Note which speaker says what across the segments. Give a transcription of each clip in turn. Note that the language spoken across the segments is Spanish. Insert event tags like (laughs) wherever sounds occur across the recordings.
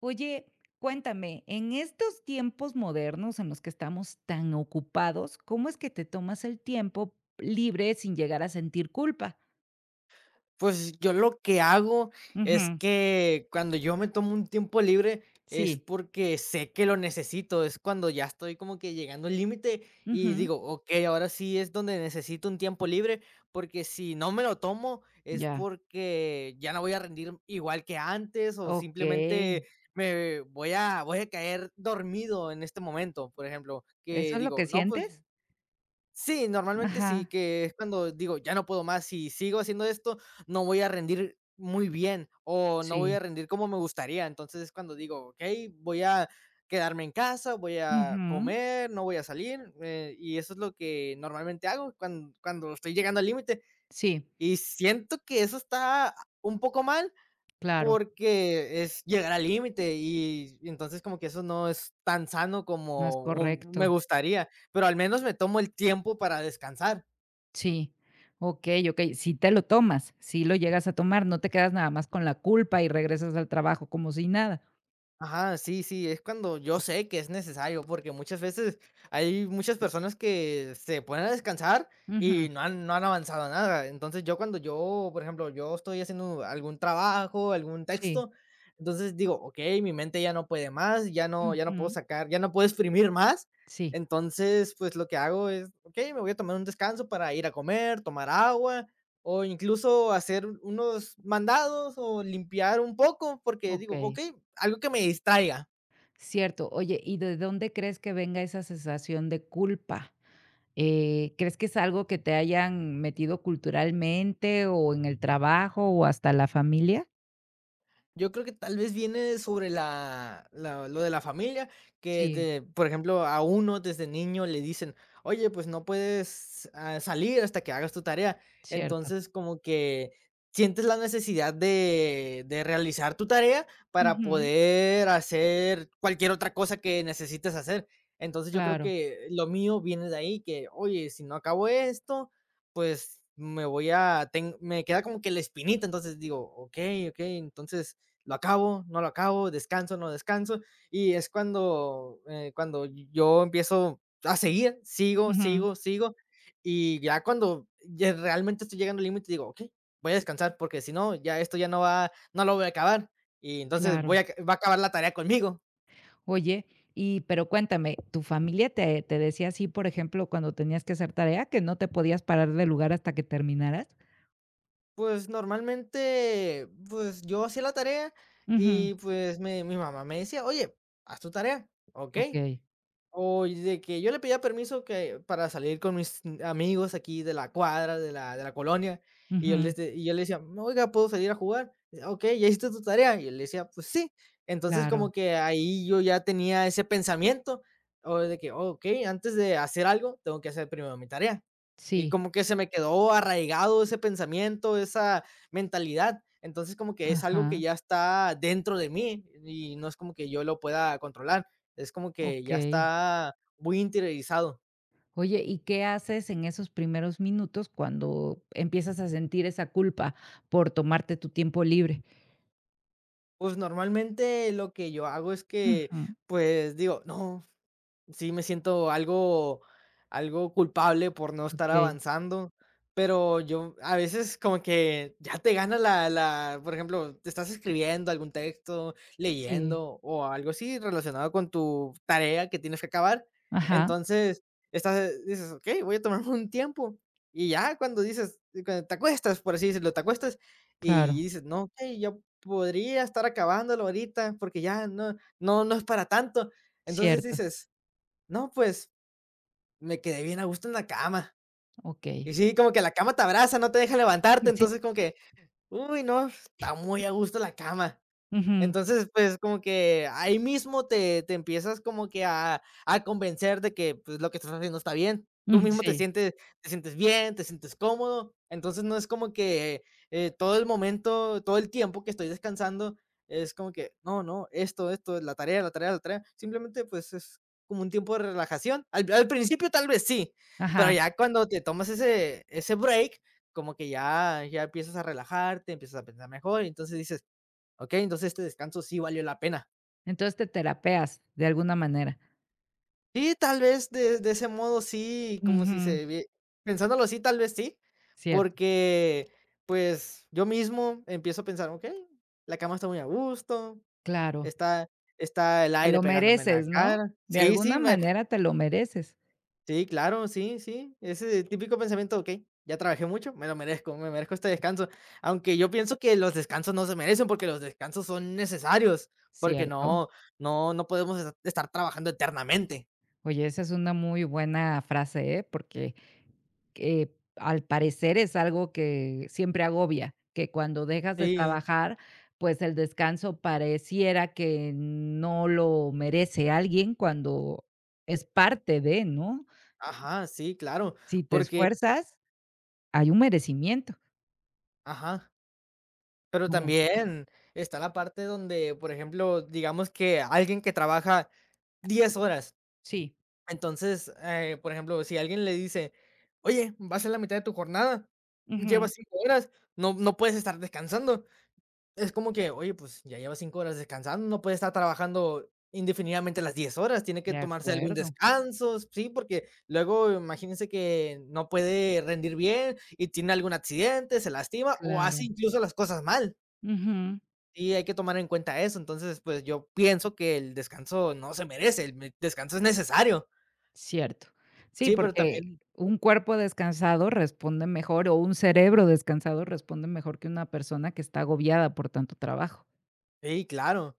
Speaker 1: Oye, cuéntame, en estos tiempos modernos en los que estamos tan ocupados, ¿cómo es que te tomas el tiempo libre sin llegar a sentir culpa?
Speaker 2: Pues yo lo que hago es
Speaker 1: Ujú,
Speaker 2: que cuando yo me tomo un tiempo libre es
Speaker 1: sí.
Speaker 2: porque sé que lo necesito, es cuando ya estoy como que llegando al límite y
Speaker 1: Ujú.
Speaker 2: digo, ok, ahora sí es donde necesito un tiempo libre, porque si no me lo tomo es
Speaker 1: Ya.
Speaker 2: porque ya no voy a rendir igual que antes o
Speaker 1: Okey.
Speaker 2: simplemente me voy a caer dormido en este momento, por ejemplo,
Speaker 1: ¿Eso
Speaker 2: que
Speaker 1: es lo que
Speaker 2: digo, no, pues.
Speaker 1: sientes?
Speaker 2: Sí, normalmente sí,
Speaker 1: Ajá,
Speaker 2: que es cuando digo, ya no puedo más, si sigo haciendo esto, no voy a rendir muy bien o no voy a
Speaker 1: sí.
Speaker 2: rendir como me gustaría. Entonces es cuando digo, ok, voy a quedarme en casa, voy a
Speaker 1: Ujú.
Speaker 2: comer, no voy a salir. Y eso es lo que normalmente hago cuando estoy llegando al límite.
Speaker 1: Sí,
Speaker 2: Y siento que eso está un poco mal,
Speaker 1: claro,
Speaker 2: porque es llegar al límite y entonces como que eso no es tan sano
Speaker 1: no es
Speaker 2: como un me
Speaker 1: correcto.
Speaker 2: gustaría, pero al menos me tomo el tiempo para descansar.
Speaker 1: Sí. Okey, okey. Si te lo tomas, si lo llegas a tomar, no te quedas nada más con la culpa y regresas al trabajo como si nada.
Speaker 2: Ajá, sí, sí, es cuando yo sé que es necesario, porque muchas veces hay muchas personas que se ponen a descansar
Speaker 1: Ujú.
Speaker 2: y no han avanzado nada. Entonces yo cuando yo, por ejemplo, yo estoy haciendo algún trabajo, algún
Speaker 1: Sí.
Speaker 2: texto, entonces digo, ok, mi mente ya no puede más, ya no puedo
Speaker 1: Ujú.
Speaker 2: sacar, ya no puedo exprimir más.
Speaker 1: Sí.
Speaker 2: Entonces, pues lo que hago es, ok, me voy a tomar un descanso para ir a comer, tomar agua o incluso hacer unos mandados o limpiar un poco, porque digo,
Speaker 1: Okey,
Speaker 2: ok, algo que me distraiga.
Speaker 1: cierto. Oye, ¿y de dónde crees que venga esa sensación de culpa? ¿Crees que es algo que te hayan metido culturalmente o en el trabajo o hasta la familia?
Speaker 2: Yo creo que tal vez viene sobre la la lo de la familia, que
Speaker 1: Sí,
Speaker 2: de por ejemplo, a uno desde niño le dicen: "Oye, pues no puedes, salir hasta que hagas tu tarea".
Speaker 1: cierto.
Speaker 2: Entonces, como que sientes la necesidad de realizar tu tarea para
Speaker 1: Ujú,
Speaker 2: poder hacer cualquier otra cosa que necesites hacer. Entonces, yo creo
Speaker 1: claro,
Speaker 2: que lo mío viene de ahí, que: "Oye, si no acabo esto, pues me voy a ten", me queda como que la espinita, entonces digo: "Okey, okey, entonces lo acabo, no lo acabo, descanso, no descanso, y es cuando yo empiezo a seguir, sigo,
Speaker 1: ujú,
Speaker 2: sigo, sigo, y ya cuando ya realmente estoy llegando al límite digo: "Okey, voy a descansar porque si no, ya esto ya no va, no lo voy a acabar, y entonces voy
Speaker 1: claro.
Speaker 2: a va a acabar la tarea conmigo".
Speaker 1: Oye, y pero cuéntame, ¿tu familia te decía así, por ejemplo, cuando tenías que hacer tarea, que no te podías parar del lugar hasta que terminaras?
Speaker 2: Pues, normalmente, pues, yo hacía la tarea
Speaker 1: Ujú,
Speaker 2: y, pues, me mi mamá me decía: "Oye, haz tu tarea". "Okey".
Speaker 1: okey,
Speaker 2: O de que yo le pedía permiso que para salir con mis amigos aquí de la cuadra, de la colonia, y yo
Speaker 1: ujú,
Speaker 2: les de y yo le decía: "Oiga, ¿puedo salir a jugar?". "Okey, ¿ya hiciste tu tarea?". Y él decía: "Pues sí". Entonces,
Speaker 1: claro,
Speaker 2: como que ahí yo ya tenía ese pensamiento, o de que: "Okey, antes de hacer algo, tengo que hacer primero mi tarea". Y
Speaker 1: sí,
Speaker 2: como que se me quedó arraigado ese pensamiento, esa mentalidad. Entonces, como que es algo que
Speaker 1: ajá,
Speaker 2: ya está dentro de mí, y no es como que yo lo pueda controlar. Es como que ya
Speaker 1: okey.
Speaker 2: está muy interiorizado.
Speaker 1: Oye, ¿y qué haces en esos primeros minutos cuando empiezas a sentir esa culpa por tomarte tu tiempo libre?
Speaker 2: Pues, normalmente lo que yo hago es que,
Speaker 1: Ujú,
Speaker 2: pues, digo: "No, sí, me siento algo culpable por no estar
Speaker 1: okey,
Speaker 2: avanzando, pero yo a veces como que ya te gana la la por ejemplo, te estás escribiendo algún texto,
Speaker 1: sí.
Speaker 2: leyendo o algo así relacionado con tu tarea que tienes que acabar.
Speaker 1: Ajá,
Speaker 2: Entonces, estás dices: "Okey, voy a tomarme (laughs) un tiempo", y ya cuando te acuestas, por así decirlo, te acuestas
Speaker 1: claro,
Speaker 2: y dices: "No, okey, yo podría estar acabándolo ahorita porque ya no es para tanto". Entonces
Speaker 1: cierto,
Speaker 2: dices: "No, pues, me quedé bien a gusto en la cama".
Speaker 1: okey.
Speaker 2: Y sí, como que la cama te abraza, no te deja levantarte,
Speaker 1: Sí,
Speaker 2: entonces como que, uy, no, está muy a gusto la cama.
Speaker 1: ujú,
Speaker 2: Entonces, pues, como que ahí mismo te empiezas como que a convencer de que, pues, lo que estás haciendo está bien. Tú
Speaker 1: ujú,
Speaker 2: mismo te
Speaker 1: sí,
Speaker 2: sientes te sientes bien, te sientes cómodo. Entonces, no es como que, todo el momento, todo el tiempo que estoy descansando, es como que: "No, no, esto, la tarea, la tarea, la tarea". Simplemente, pues, es como un tiempo de relajación. Al principio tal vez sí, pero
Speaker 1: ajá.
Speaker 2: ya cuando te tomas ese break, como que ya empiezas a relajarte, empiezas a pensar mejor, y entonces dices: "Ok, entonces este descanso sí valió la pena".
Speaker 1: Entonces te terapeas de alguna manera.
Speaker 2: Sí, tal vez de ese modo sí, como si
Speaker 1: Ujú,
Speaker 2: se vie- pensándolo así, tal vez sí,
Speaker 1: cierto,
Speaker 2: porque pues yo mismo empiezo a pensar, ok, la cama está muy a gusto,
Speaker 1: claro.
Speaker 2: está, está el
Speaker 1: Te
Speaker 2: aire
Speaker 1: lo
Speaker 2: pegándome en la
Speaker 1: mereces, ¿no?
Speaker 2: cara.
Speaker 1: De
Speaker 2: Sí, sí.
Speaker 1: alguna manera te lo mereces,
Speaker 2: Sí, claro, sí, sí. Ese típico pensamiento, ok, ya trabajé mucho, me lo merezco, me merezco este descanso. Aunque yo pienso que los descansos no se merecen porque los descansos son necesarios, porque
Speaker 1: cierto.
Speaker 2: no podemos estar trabajando eternamente.
Speaker 1: Oye, esa es una muy buena frase, ¿eh? Porque que al parecer es algo que siempre agobia, que cuando dejas de
Speaker 2: Sí,
Speaker 1: trabajar, pues el descanso pareciera que no lo merece alguien cuando es parte de, ¿no?
Speaker 2: ajá, sí, claro,
Speaker 1: Si te
Speaker 2: porque,
Speaker 1: esfuerzas, hay un merecimiento,
Speaker 2: ajá, pero
Speaker 1: ¿Cómo?
Speaker 2: también está la parte donde, por ejemplo, digamos que alguien que trabaja 10 horas.
Speaker 1: Sí,
Speaker 2: Entonces, por ejemplo, si alguien le dice: "Oye, vas a la mitad de tu jornada,
Speaker 1: ujú,
Speaker 2: llevas 5 horas, no puedes estar descansando". Es como que: "Oye, pues, ya llevas 5 horas descansando, no puede estar trabajando indefinidamente las 10 horas, tiene que
Speaker 1: de
Speaker 2: tomarse algún
Speaker 1: acuerdo,
Speaker 2: descanso", sí, porque luego imagínense que no puede rendir bien y tiene algún accidente, se lastima o hace
Speaker 1: claro,
Speaker 2: incluso las cosas mal.
Speaker 1: ujú.
Speaker 2: Y hay que tomar en cuenta eso. Entonces, pues, yo pienso que el descanso no se merece, el me descanso es necesario.
Speaker 1: Cierto. Sí,
Speaker 2: Sí, pero
Speaker 1: porque
Speaker 2: también.
Speaker 1: un cuerpo descansado responde mejor, o un cerebro descansado responde mejor que una persona que está agobiada por tanto trabajo.
Speaker 2: Sí, claro.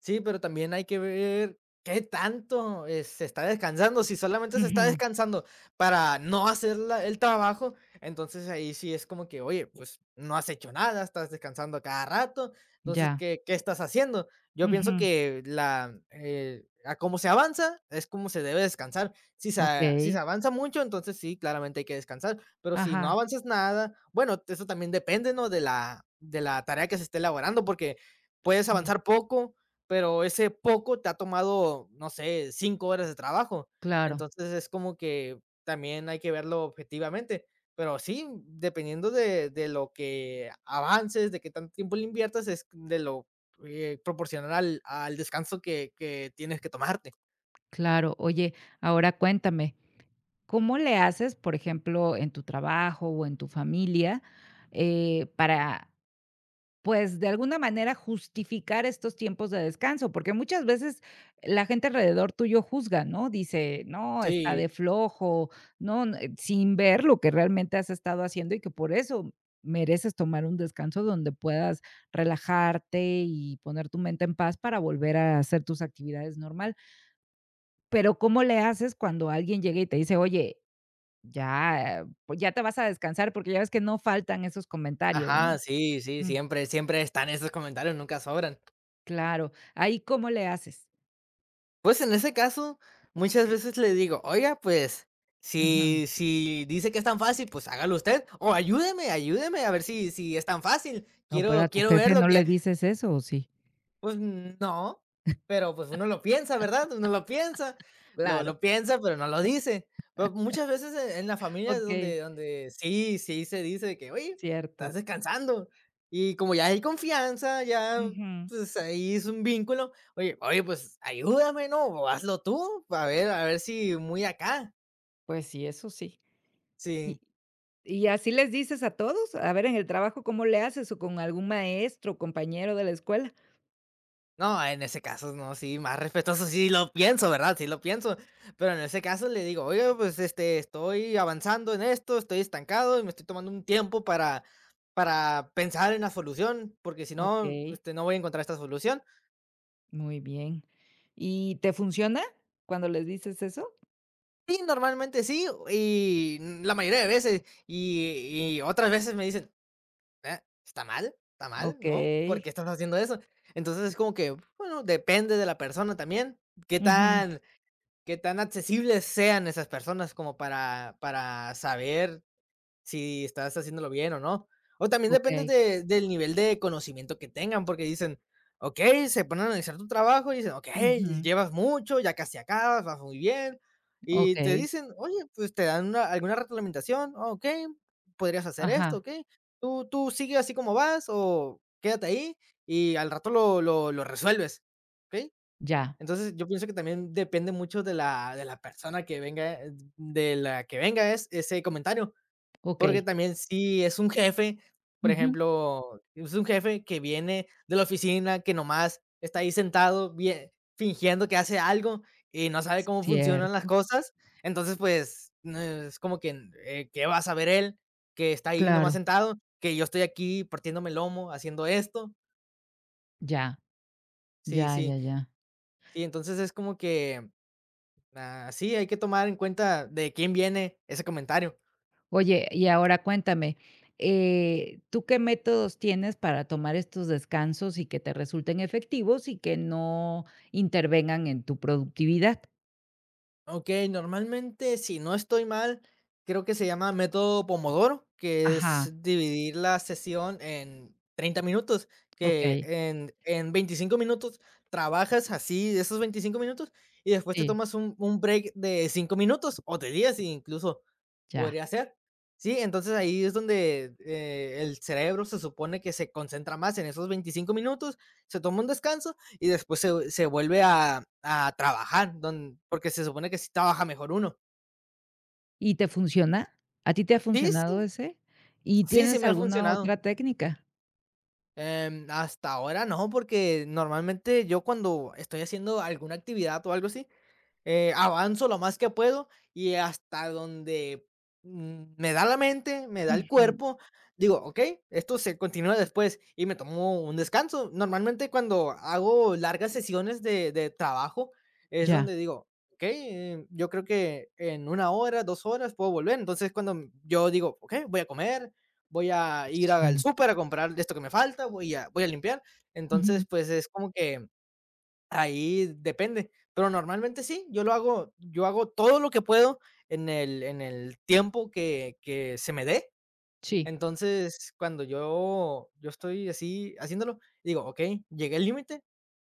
Speaker 2: Sí, pero también hay que ver qué tanto, se está descansando. Si solamente se está
Speaker 1: Ujú,
Speaker 2: descansando para no hacer la el trabajo, entonces ahí sí es como que, oye, pues no has hecho nada, estás descansando a cada rato, entonces,
Speaker 1: ya.
Speaker 2: ¿qué estás haciendo? Yo pienso
Speaker 1: Ujú,
Speaker 2: que a cómo se avanza es como se debe descansar. Si se
Speaker 1: okey.
Speaker 2: avanza mucho, entonces sí, claramente hay que descansar, pero si no
Speaker 1: Ajá,
Speaker 2: avanzas nada, bueno, eso también depende, ¿no?, de la tarea que se esté elaborando, porque puedes
Speaker 1: sí,
Speaker 2: avanzar poco, pero ese poco te ha tomado, no sé, 5 horas de trabajo.
Speaker 1: claro,
Speaker 2: Entonces, es como que también hay que verlo objetivamente. Pero sí, dependiendo de lo que avances, de qué tanto tiempo le inviertas, es proporcional al descanso que tienes que tomarte.
Speaker 1: claro. Oye, ahora cuéntame, ¿cómo le haces, por ejemplo, en tu trabajo o en tu familia, para pues, de alguna manera, justificar estos tiempos de descanso, porque muchas veces la gente alrededor tuyo juzga, ¿no? Dice: "No, está
Speaker 2: Sí,
Speaker 1: de flojo", no, n sin ver lo que realmente has estado haciendo y que por eso mereces tomar un descanso donde puedas relajarte y poner tu mente en paz para volver a hacer tus actividades normal. Pero, ¿cómo le haces cuando alguien llega y te dice: "Oye, ya, pues, ya te vas a descansar", porque ya ves que no faltan esos comentarios, ¿no?
Speaker 2: ajá, sí, sí, siempre siempre están esos comentarios, nunca sobran.
Speaker 1: Claro, ¿ahí cómo le haces?
Speaker 2: Pues, en ese caso, muchas veces le digo: "Oiga, pues,
Speaker 1: Ujú.
Speaker 2: si dice que es tan fácil, pues hágalo usted, o ayúdeme, ayúdeme a ver si es tan fácil.
Speaker 1: No, pero a
Speaker 2: Quiero
Speaker 1: tu
Speaker 2: quiero
Speaker 1: jefe
Speaker 2: verlo".
Speaker 1: no
Speaker 2: Que
Speaker 1: le dices eso, ¿o sí?
Speaker 2: pues no, pero, pues, uno lo piensa, ¿verdad? Uno lo piensa, lo
Speaker 1: Claro,
Speaker 2: lo piensa, pero no lo dice. Pero muchas veces en la familia es
Speaker 1: okey,
Speaker 2: donde sí se dice de que: "Oye, estás
Speaker 1: cierto.
Speaker 2: descansando". Y como ya hay confianza, ya,
Speaker 1: Ujú.
Speaker 2: pues, ahí es un vínculo. Oye oye, pues, ayúdame, ¿no? O hazlo tú, a ver si muy acá.
Speaker 1: Pues sí, eso sí.
Speaker 2: Sí.
Speaker 1: ¿Y y así les dices a todos? A ver, en el trabajo, ¿cómo le haces? ¿O con algún maestro, compañero de la escuela?
Speaker 2: No, en ese caso, no, sí, más respetuoso, sí lo pienso, ¿verdad? Sí lo pienso, pero en ese caso le digo: "Oye pues, este, estoy avanzando en esto, estoy estancado y me estoy tomando un tiempo para pensar en la solución, porque si no,
Speaker 1: Okey,
Speaker 2: este, no voy a encontrar esta solución".
Speaker 1: muy bien. ¿Y te funciona cuando les dices eso?
Speaker 2: Y normalmente sí, la mayoría de veces, y otras veces me dicen: "Eh, ¿está mal? ¿Está mal? ¿No? ¿Por
Speaker 1: Okey.
Speaker 2: qué estás haciendo eso?". Entonces, es como que, bueno, depende de la persona también, qué
Speaker 1: Ujú.
Speaker 2: tan qué tan accesibles sean esas personas como para saber si estás haciéndolo bien o no. O también depende
Speaker 1: Okey.
Speaker 2: del nivel de conocimiento que tengan, porque dicen, ok, se ponen a analizar tu trabajo y dicen, ok,
Speaker 1: Ujú.
Speaker 2: llevas mucho, ya casi acabas, vas muy bien. Y te
Speaker 1: Okey.
Speaker 2: dicen, oye, pues te dan alguna reglamentación: "Ah, ok, podrías hacer esto,
Speaker 1: Ajá,
Speaker 2: ok. Tú sigue así como vas o quédate ahí y al rato lo resuelves, ¿ok?".
Speaker 1: ya.
Speaker 2: Entonces, yo pienso que también depende mucho de la persona que venga, de la que venga es ese comentario, porque
Speaker 1: Okey.
Speaker 2: también si es un jefe, por
Speaker 1: Ujú.
Speaker 2: ejemplo, es un jefe que viene de la oficina, que nomás está ahí sentado bien fingiendo que hace algo y no sabe cómo funcionan las
Speaker 1: Cierto,
Speaker 2: cosas, entonces, pues, no es como que, ¿qué va a saber él? Que está ahí nomás
Speaker 1: claro.
Speaker 2: sentado, que yo estoy aquí partiéndome el lomo haciendo esto.
Speaker 1: Ya,
Speaker 2: Sí,
Speaker 1: ya,
Speaker 2: sí,
Speaker 1: ya, ya.
Speaker 2: sí, entonces es como que... Ah, sí, hay que tomar en cuenta de quién viene ese comentario.
Speaker 1: Oye, y ahora cuéntame, ¿tú qué métodos tienes para tomar estos descansos y que te resulten efectivos y que no intervengan en tu productividad?
Speaker 2: Ok, normalmente, si no estoy mal, creo que se llama método Pomodoro, que es
Speaker 1: Ajá,
Speaker 2: dividir la sesión en 30 minutos, que
Speaker 1: okey,
Speaker 2: en 25 minutos trabajas así, de esos 25 minutos, y después te
Speaker 1: sí,
Speaker 2: tomas un break de 5 minutos o de 10 incluso
Speaker 1: ya.
Speaker 2: podría ser. Sí, entonces ahí es donde el cerebro se supone que se concentra más en esos 25 minutos, se toma un descanso y después se vuelve a trabajar, porque se supone que sí trabaja mejor uno.
Speaker 1: ¿Y te funciona? ¿A ti te ha
Speaker 2: Sí,
Speaker 1: funcionado
Speaker 2: sí,
Speaker 1: ese? ¿Y
Speaker 2: sí, sí
Speaker 1: tienes
Speaker 2: me ha
Speaker 1: alguna
Speaker 2: funcionado.
Speaker 1: otra técnica?
Speaker 2: Hasta ahora no, porque normalmente yo cuando estoy haciendo alguna actividad o algo así, avanzo lo más que puedo y hasta donde me da la mente, me da el
Speaker 1: Ujú,
Speaker 2: cuerpo, digo, ok, esto se continúa después y me tomo un descanso. Normalmente cuando hago largas sesiones de trabajo es
Speaker 1: ya,
Speaker 2: donde digo, ok, yo creo que en una hora, dos horas puedo volver. Entonces cuando yo digo, ok, voy a comer. Voy a ir al
Speaker 1: sí,
Speaker 2: súper a comprar esto que me falta, voy a limpiar. Entonces,
Speaker 1: ujú,
Speaker 2: pues es como que ahí depende, pero normalmente sí, yo lo hago, yo hago todo lo que puedo en el tiempo que se me dé.
Speaker 1: sí,
Speaker 2: Entonces, cuando yo estoy así haciéndolo, digo: "Okey, llegué al límite,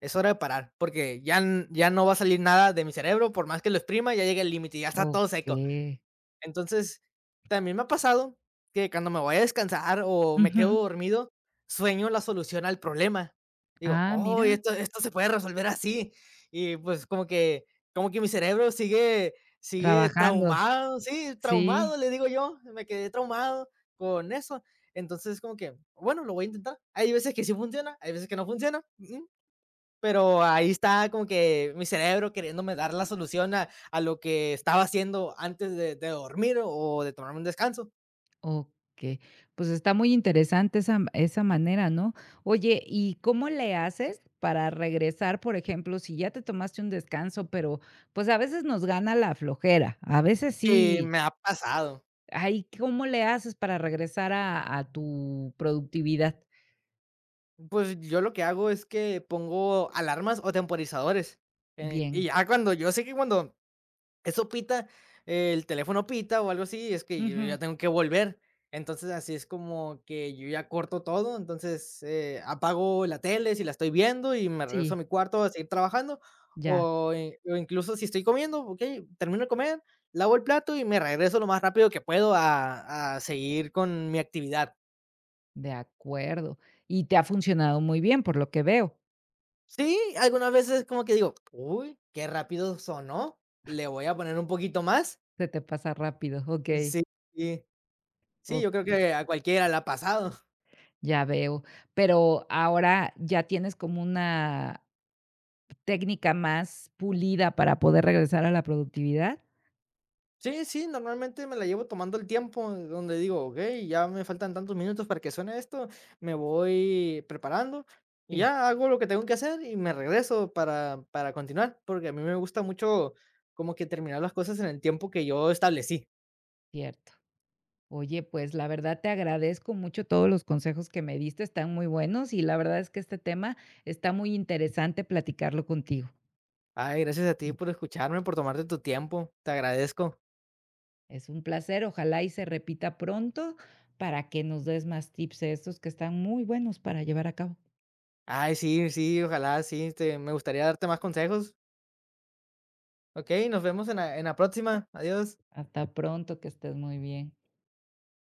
Speaker 2: es hora de parar", porque ya no va a salir nada de mi cerebro, por más que lo exprima, ya llegué al límite, ya está todo seco.
Speaker 1: okey,
Speaker 2: Entonces, también me ha pasado que cuando me voy a descansar o me
Speaker 1: ujú.
Speaker 2: quedo dormido, sueño la solución al problema. Digo:
Speaker 1: Ah,
Speaker 2: "Oh,
Speaker 1: mira,
Speaker 2: esto se puede resolver así". Y, pues, como que mi cerebro sigue
Speaker 1: trabajando,
Speaker 2: traumado, sí,
Speaker 1: sí.
Speaker 2: traumado, le digo yo, me quedé traumado con eso. Entonces, como que, bueno, lo voy a intentar. Hay veces que sí funciona, hay veces que no funciona, pero ahí está como que mi cerebro queriéndome dar la solución a lo que estaba haciendo antes de dormir o de tomarme un descanso.
Speaker 1: Ok, pues está muy interesante esa, esa manera, ¿no? Oye, ¿y cómo le haces para regresar, por ejemplo, si ya te tomaste un descanso, pero pues a veces nos gana la flojera, a veces
Speaker 2: Y
Speaker 1: sí,
Speaker 2: me ha pasado.
Speaker 1: ay, ¿cómo le haces para regresar a tu productividad?
Speaker 2: Pues yo lo que hago es que pongo alarmas o temporizadores. Y
Speaker 1: Bien,
Speaker 2: ya cuando yo sé que cuando eso pita, el teléfono pita o algo así, es que yo
Speaker 1: ujú,
Speaker 2: ya tengo que volver. Entonces, así es como que yo ya corto todo, entonces, apago la tele si la estoy viendo y me regreso a
Speaker 1: sí,
Speaker 2: mi cuarto a seguir trabajando,
Speaker 1: ya,
Speaker 2: o in o incluso si estoy comiendo, okey, termino de comer, lavo el plato y me regreso lo más rápido que puedo a seguir con mi actividad.
Speaker 1: de acuerdo. Y te ha funcionado muy bien, por lo que veo,
Speaker 2: Sí, algunas veces como que digo: "Uy, qué rápido sonó, le voy a poner un poquito más".
Speaker 1: se te pasa rápido, ok,
Speaker 2: Sí, sí, sí, yo creo
Speaker 1: ok.
Speaker 2: que a cualquiera la ha pasado.
Speaker 1: Ya veo. Pero ahora ya tienes como una técnica más pulida para poder regresar a la productividad.
Speaker 2: Sí, sí, normalmente me la llevo tomando el tiempo, donde digo, okey, ya me faltan tantos minutos para que suene esto, me voy preparando y
Speaker 1: Sí.
Speaker 2: ya hago lo que tengo que hacer y me regreso para continuar, porque a mí me gusta mucho como que terminar las cosas en el tiempo que yo establecí.
Speaker 1: Cierto. Oye, pues la verdad te agradezco mucho todos los consejos que me diste, están muy buenos y la verdad es que este tema está muy interesante platicarlo contigo.
Speaker 2: Ay, gracias a ti por escucharme, por tomarte tu tiempo, te agradezco.
Speaker 1: Es un placer, ojalá y se repita pronto para que nos des más tips de estos que están muy buenos para llevar a cabo.
Speaker 2: Ay, sí, sí, ojalá, sí, este, me gustaría darte más consejos. Okey, nos vemos en la próxima. Adiós.
Speaker 1: Hasta pronto, que estés muy bien.